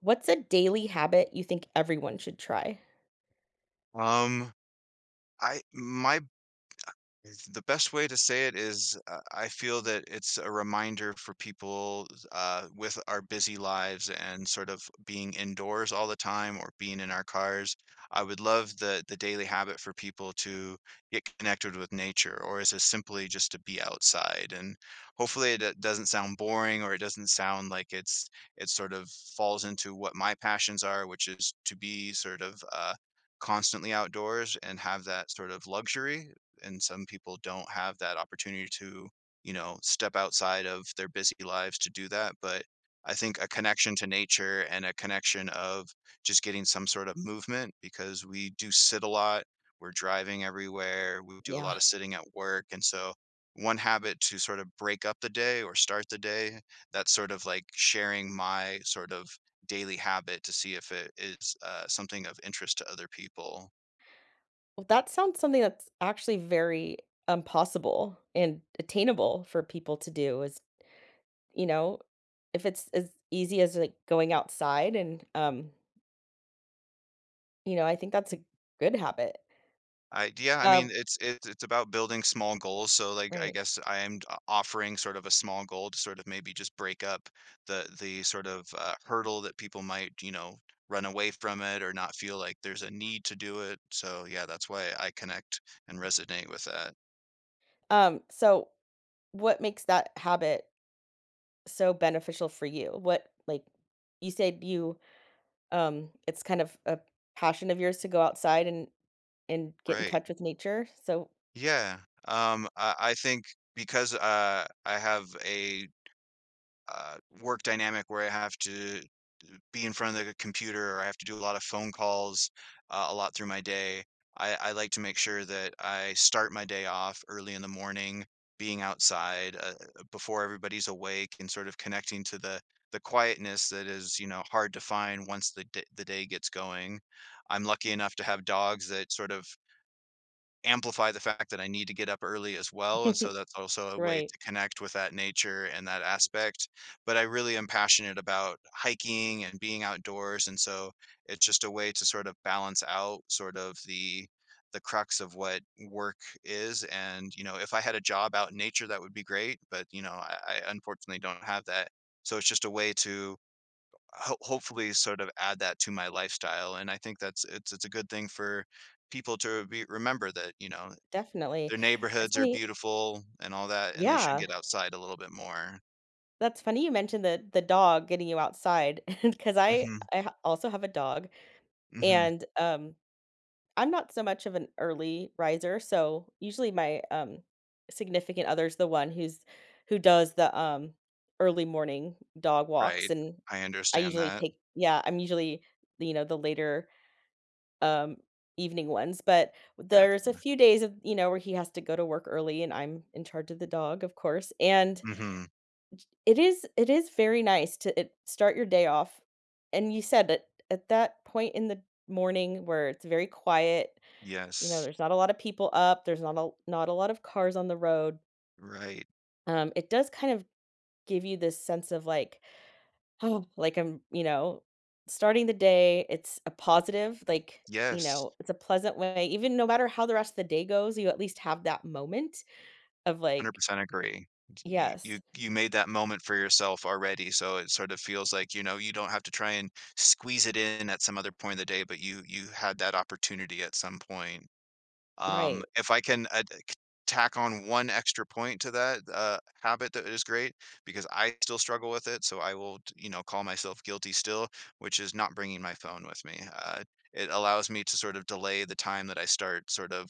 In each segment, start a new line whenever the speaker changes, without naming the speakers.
What's a daily habit you think everyone should try?
Um, I my It's the best way to say it is, I feel that it's a reminder for people, with our busy lives and sort of being indoors all the time or being in our cars. I would love the daily habit for people to get connected with nature, or is it simply just to be outside? And hopefully doesn't sound boring or it doesn't sound like it sort of falls into what my passions are, which is to be sort of constantly outdoors and have that sort of luxury and some people don't have that opportunity to step outside of their busy lives to do that. But I think a connection to nature and a connection of just getting some sort of movement because we do sit a lot, we're driving everywhere, we do a
Yeah.
lot of sitting at work. And so, one habit to sort of break up the day or start the day, that's sort of like sharing my sort of daily habit to see if it is something of interest to other people.
Well, that sounds something that's actually very, possible and attainable for people to do is, you know, if it's as easy as, like, going outside and I think that's a good habit.
I mean,
Uh,
it's about building small goals. So like I
Right.
guess I am offering sort of a small goal to sort of maybe just break up the sort of hurdle that people might run away from it or not feel like there's a need to do it. So yeah, that's why I connect and resonate with that.
So what makes that habit so beneficial for you? What, like, you said you, it's kind of a passion of yours to go outside and get in
Right.
touch with nature. So
Yeah. I think because I have a work dynamic where I have to be in front of the computer or I have to do a lot of phone calls, a lot through my day. I like to make sure that I start my day off early in the morning, being outside before everybody's awake and sort of connecting to the quietness that is hard to find once the day gets going. I'm lucky enough to have dogs that sort of amplify the fact that I need to get up early as well, and so that's also a way
right,
to connect with that nature and that aspect, but I really am passionate about hiking and being outdoors, and so it's just a way to sort of balance out sort of the crux of what work is. And if I had a job out in nature, that would be great, but I unfortunately don't have that, so it's just a way to ho hopefully sort of add that to my lifestyle, and I think that's it's a good thing for people to be remember that
definitely.
their
It's
neighborhoods are
funny.
beautiful and all that, and they should
Yeah,
get outside a little bit more.
that's funny you mentioned the dog getting you outside because
Mhm,
also have a dog
mhm,
and, I'm not so much of an early riser, so usually my, significant other's the one who does the, early morning dog walks,
right.
and
I
I
understand
usually
that.
take yeah, I'm usually, you know, the later, um, evening ones, but there's a
Gotcha.
few days of, you know, where he has to go to work early, and I'm in charge of the dog, of course, and
Mhm.
it is very nice to it start your day off, and you said that at that point in the morning where it's very quiet, you know,
Yes.
there's not a lot of people up, there's not a lot of cars on the road.
Right.
It does kind of give you this sense of like, "Oh, like I'm, you know, starting the day, it's a positive, like, you
Yes.
know, it's a pleasant way." Even no matter how the rest of the day goes, you at least have that moment of like,
100% agree. You you
yes,
you made that moment for yourself already, so it sort of feels like you don't have to try and squeeze it in at some other point of the day, but you had that opportunity at some point.
right.
If I can add c tack on one extra point to that, habit, that is great because I still struggle with it, so I will call myself guilty still, which is not bringing my phone with me. It allows me to sort of delay the time that I start sort of,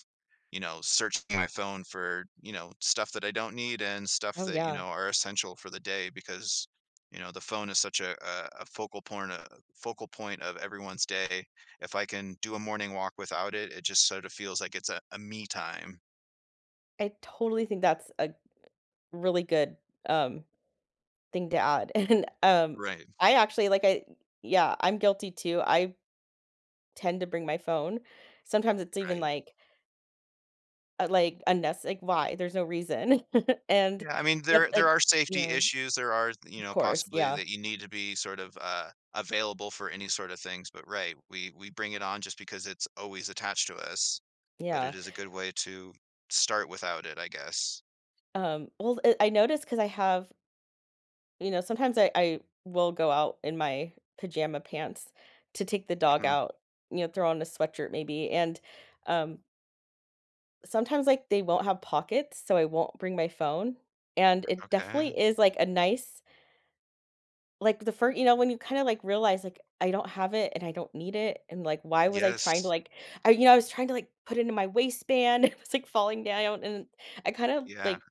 you know, searching my phone for stuff that I don't need and stuff
Oh,
that, you
yeah.
know, are essential for the day because the phone is such a focal point of everyone's day. If I can do a morning walk without it, it just sort of feels like it's a me time.
I totally think that's a really good, um, thing to add. And,
Right,
I actually like I yeah, I'm guilty too. I tend to bring my phone. Sometimes it's even
right.
like, like unnecess like, why? There's no reason. And
Yeah, I mean,
but
there
like,
are
you
safety
know,
issues, there are, you
of
know,
course,
possibly
yeah,
that you need to be sort of, available for any sort of things, but right, we bring it on just because it's always attached to us, but it
yeah.
is a good way to start without it, I guess.
Well, I noticed because I have, you know, sometimes I will go out in my pajama pants to take the dog
Mhm,
out, you know, throw on a sweatshirt maybe. And, um, sometimes like they won't have pockets, so I won't bring my phone. And it
okay.
definitely is like a nice. Like, the first, you know, when you kinda, like, realize, like, I don't have it and I don't need it, and, like, why was I trying to,
Yes.
like I you know, I was trying to, like, put it in my waistband, it was, like, falling down, and I kinda,
Yeah,
like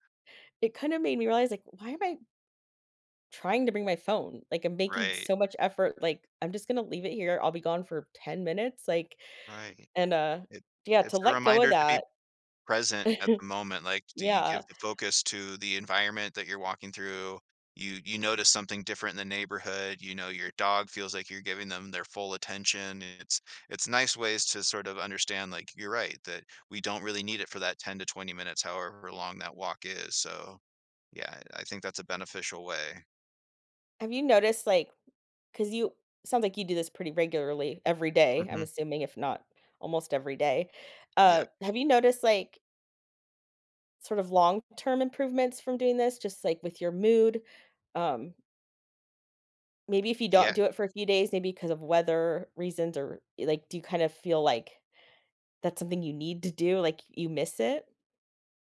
it kinda made me realize, like, why am I trying to bring my phone? Like, I'm making
right,
so much effort, like, I'm just gonna leave it here, I'll be gone for 10 minutes, like,
right.
and
It
yeah, to
it's a
let go of
reminder to be
that.
present at the moment? Like, do you give
Yeah.
the focus to the environment that you're walking through? You notice something different in the neighborhood. Your dog feels like you're giving them their full attention. It's nice ways to sort of understand, like, you're right, that we don't really need it for that 10 to 20 minutes, however long that walk is. So yeah, I think that's a beneficial way.
Have you noticed, like 'Cause you sounds like you do this pretty regularly every day, I'm
Hmm.
assuming, if not almost every day.
Yeah.
Have you noticed, like, sort of long-term improvements from doing this, just, like, with your mood? Um, maybe if you
Yeah.
don't do it for a few days, maybe because of weather reasons or, like, do you kind of feel like that's something you need to do, like, you miss it?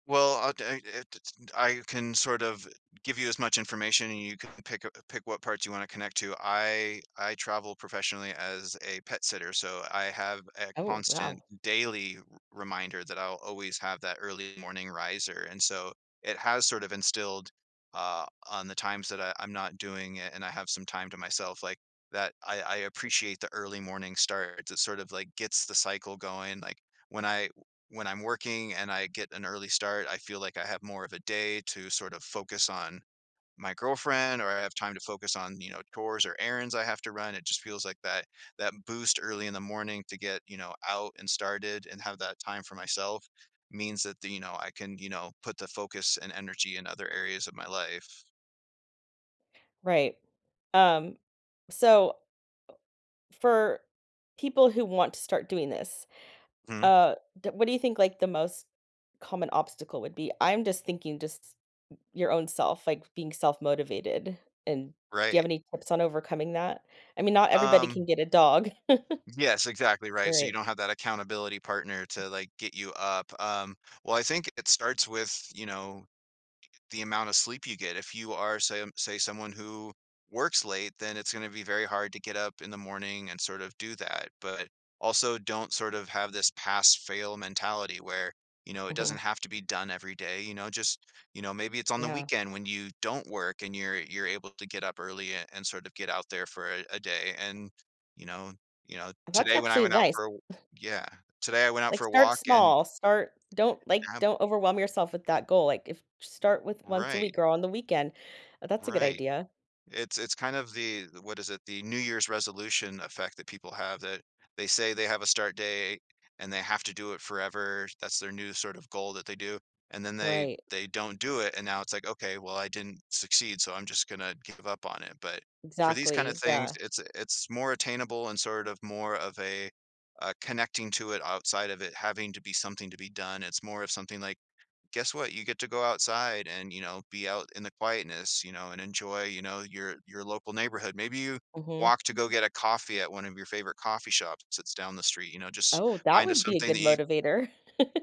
Well, I'll d I it it's I can sort of give you as much information, and you can pick what parts you wanna connect to. I travel professionally as a pet sitter, so I have a
Oh,
constant
wow.
daily r reminder that I'll always have that early morning riser, and so it has sort of instilled, on the times that I'm not doing it and I have some time to myself, like, that I appreciate the early morning start. It sort of, like, gets the cycle going, like, when I when I'm working and I get an early start, I feel like I have more of a day to sort of focus on my girlfriend or I have time to focus on chores or errands I have to run. It just feels like that boost early in the morning to get out and started and have that time for myself means that I can put the focus and energy in other areas of my life.
Right. Um, so for people who want to start doing this,
Mhm.
uh, d what do you think, like, the most common obstacle would be? I'm just thinking just your own self, like, being self-motivated, and do you have
Right.
any tips on overcoming that? I mean, not everybody can
Um
get a dog,
yes, exactly right. So you
right.
don't have that accountability partner to like get you up. Well, I think it starts with the amount of sleep you get. If you are, say someone who works late, then it's going to be very hard to get up in the morning and sort of do that. But also, don't sort of have this pass fail mentality where it doesn't
Mhm,
have to be done every day. Just, maybe it's on the
yeah.
weekend when you don't work and you're able to get up early and sort of get out there for a day. And, you know,
That's
today when I
actually
went out
nice.
for a, w- yeah, today I went out
Like,
for a
start
walk
small, start don't,
ab-
don't overwhelm yourself with that goal, like, if start with once a
right,
week or on the weekend. That's a good
right.
idea.
It's kind of the what is it? The New Year's resolution effect that people have that they say they have a start date and they have to do it forever. That's their new sort of goal that they do. And then they
Right,
they don't do it and now it's like, okay, well I didn't succeed, so I'm just gonna give up on it. But for these kind of
exactly,
things,
yeah,
it's more attainable and sort of more of a connecting to it outside of it having to be something to be done. It's more of something like guess what? You get to go outside and be out in the quietness, and enjoy, your local neighborhood. Maybe you
mhm.
walk to go get a coffee at one of your favorite coffee shops that's down the street, just
Oh, that
find a
would be a
something that
good
you.
motivator,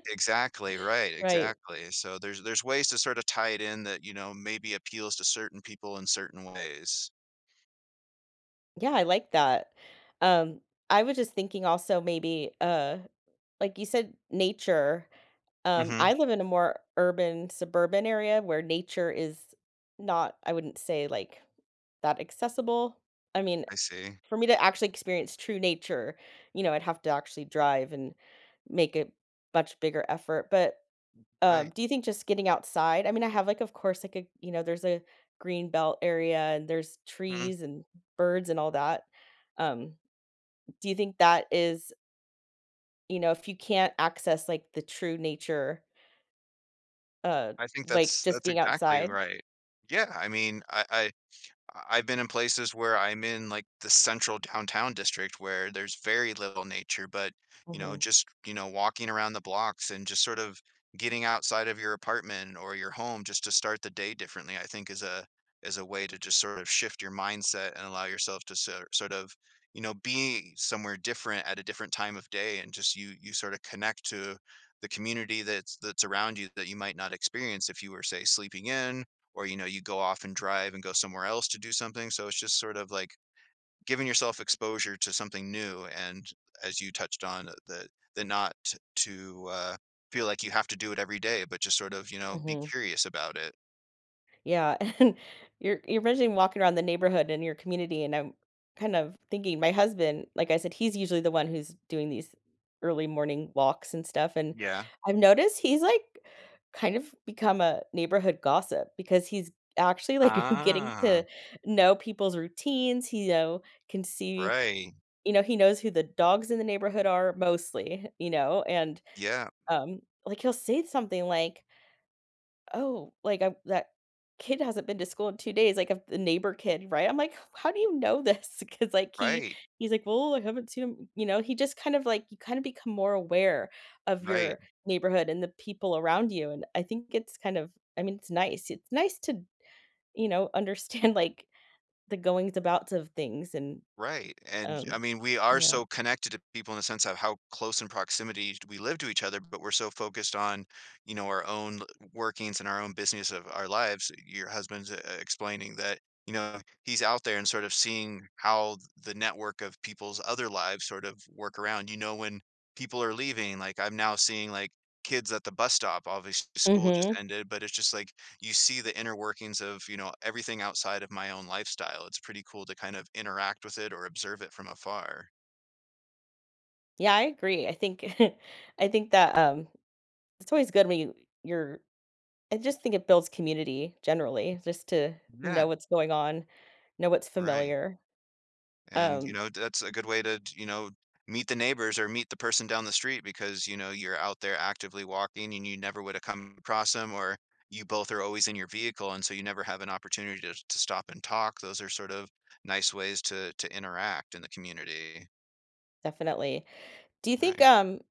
Exactly, right,
right.
exactly. So there's ways to sort of tie it in that maybe appeals to certain people in certain ways.
Yeah, I like that. Um, I was just thinking also maybe, like you said, nature.
Mhm.
I live in a more urban, suburban area where nature is not, I wouldn't say like that accessible. I mean,
I see.
for me to actually experience true nature, you know, I'd have to actually drive and make a much bigger effort. But,
Right.
do you think just getting outside? I mean, I have like, of course, like a, you know, there's a green belt area and there's
Mhm.
trees and birds and all that. Um, do you think that is, you know, if you can't access, like, the true nature, uh,
I think
like,
that's
just
that's
being
exactly
outside?
right. Yeah, I mean, I've been in places where I'm in like the central downtown district where there's very little nature, but
Mhm,
just walking around the blocks and just sort of getting outside of your apartment or your home just to start the day differently, I think is a way to just sort of shift your mindset and allow yourself to sort of be somewhere different at a different time of day and just you sort of connect to the community that's around you that you might not experience if you were say sleeping in or you go off and drive and go somewhere else to do something, so it's just sort of like giving yourself exposure to something new and as you touched on the not to feel like you have to do it every day but just sort of be
mhm,
curious about it.
yeah, and you're mentioning walking around the neighborhood in your community, and I'm kind of thinking my husband, like I said, he's usually the one who's doing these early morning walks and stuff, and
Yeah.
I've noticed he's, like, kind of become a neighborhood gossip because he's actually, like, getting
Ah.
to know people's routines, he, you know, can see.
Right.
You know, he knows who the dogs in the neighborhood are mostly, you know, and,
Yeah,
like, he'll say something like, "Oh, like, I that kid hasn't been to school in 2 days," like, of the neighbor kid, right? I'm like, "How do you know this?" Because like,
right,
he's like, "Well, I haven't seen him," you know, he just kind of, you kind of become more aware of
right.
your neighborhood and the people around you, and I think it's kind of, I mean, it's nice. It's nice to, you know, understand, like, the goings abouts of things and,
Right, and
um
I mean, we are
yeah.
so connected to people in the sense of how close in proximity we live to each other, but we're so focused on our own workings and our own business of our lives. Your husband's explaining that, you know, he's out there and sort of seeing how the network of people's other lives sort of work around. When people are leaving, like I'm now seeing like kids at the bus stop. Obviously, school just
Mhm.
ended, but it's just like you see the inner workings of everything outside of my own lifestyle. It's pretty cool to kind of interact with it or observe it from afar.
Yeah, I agree. I think I think that, it's always good when you you're I just think it builds community generally, just to
Yeah,
know what's going on, know what's
right.
familiar.
And, you
Um,
know, that's a good way to, meet the neighbors or meet the person down the street because, you're out there actively walking and you never would have come across them or you both are always in your vehicle and so you never have an opportunity to stop and talk. Those are sort of nice ways to interact in the community.
definitely. Do you think,
Right.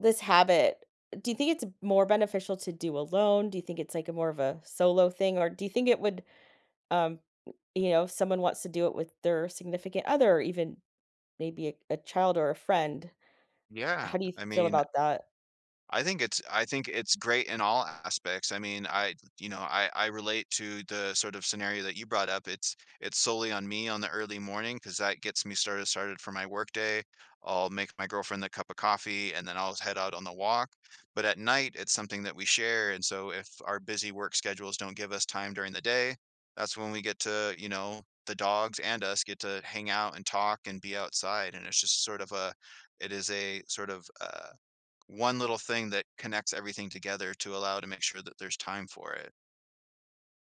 this habit, do you think it's more beneficial to do alone? Do you think it's, like, a more of a solo thing, or do you think it would, um, you know, if someone wants to do it with their significant other or even maybe a child or a friend,
Yeah.
how do you
I
feel
mean,
about that?
I think it's great in all aspects. I mean, I you know, I relate to the sort of scenario that you brought up. It's solely on me on the early morning because that gets me started for my workday. I'll make my girlfriend a cup of coffee and then I'll head out on the walk. But at night, it's something that we share, and so if our busy work schedules don't give us time during the day, that's when we get to, the dogs and us get to hang out and talk and be outside, and it's just sort of a it is a sort of, one little thing that connects everything together to allow to make sure that there's time for it.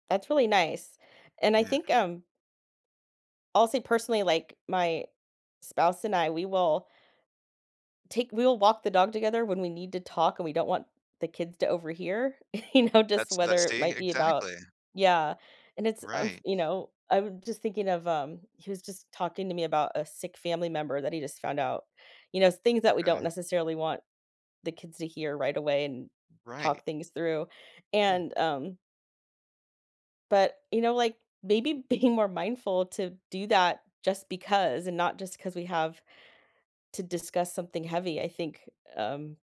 That's really nice, and I
Yeah.
think, I'll say personally, like, my spouse and I, we will take we'll walk the dog together when we need to talk and we don't want the kids to overhear, you know, just
That's that
whether it
See?
might be about,
Exactly.
yeah, and it's,
Right.
you know, I'm just thinking of, he was just talking to me about a sick family member that he just found out, you know, things that we
Okay.
don't necessarily want the kids to hear right away and
Right.
talk things through,
Yeah.
and, but, you know, like, maybe being more mindful to do that just because and not just because we have to discuss something heavy, I think, um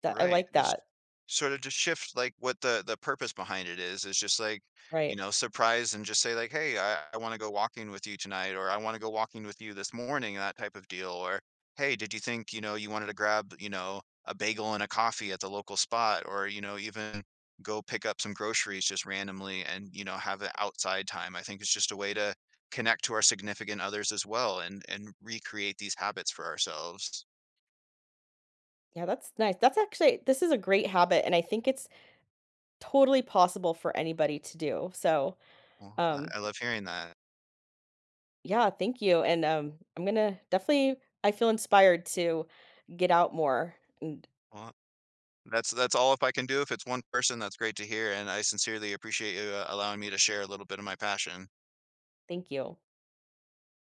that I
Right,
like
it's
that,
sort of just shift, like, what the purpose behind it is, it's just like,
right.
surprise and just say like, "Hey, I wanna go walking with you tonight," or, "I wanna go walking with you this morning," that type of deal, or, "Hey, did you think you wanted to grab a bagel and a coffee at the local spot?" Or, even go pick up some groceries just randomly and, have an outside time. I think it's just a way to connect to our significant others as well and recreate these habits for ourselves.
Yeah, that's nice. That's actually, this is a great habit, and I think it's totally possible for anybody to do. So,
Well, I
um,
I love hearing that.
yeah, thank you, and, I'm gonna definitely I feel inspired to get out more, and
Well, that's all if I can do. If it's one person, that's great to hear, and I sincerely appreciate you, allowing me to share a little bit of my passion.
thank you.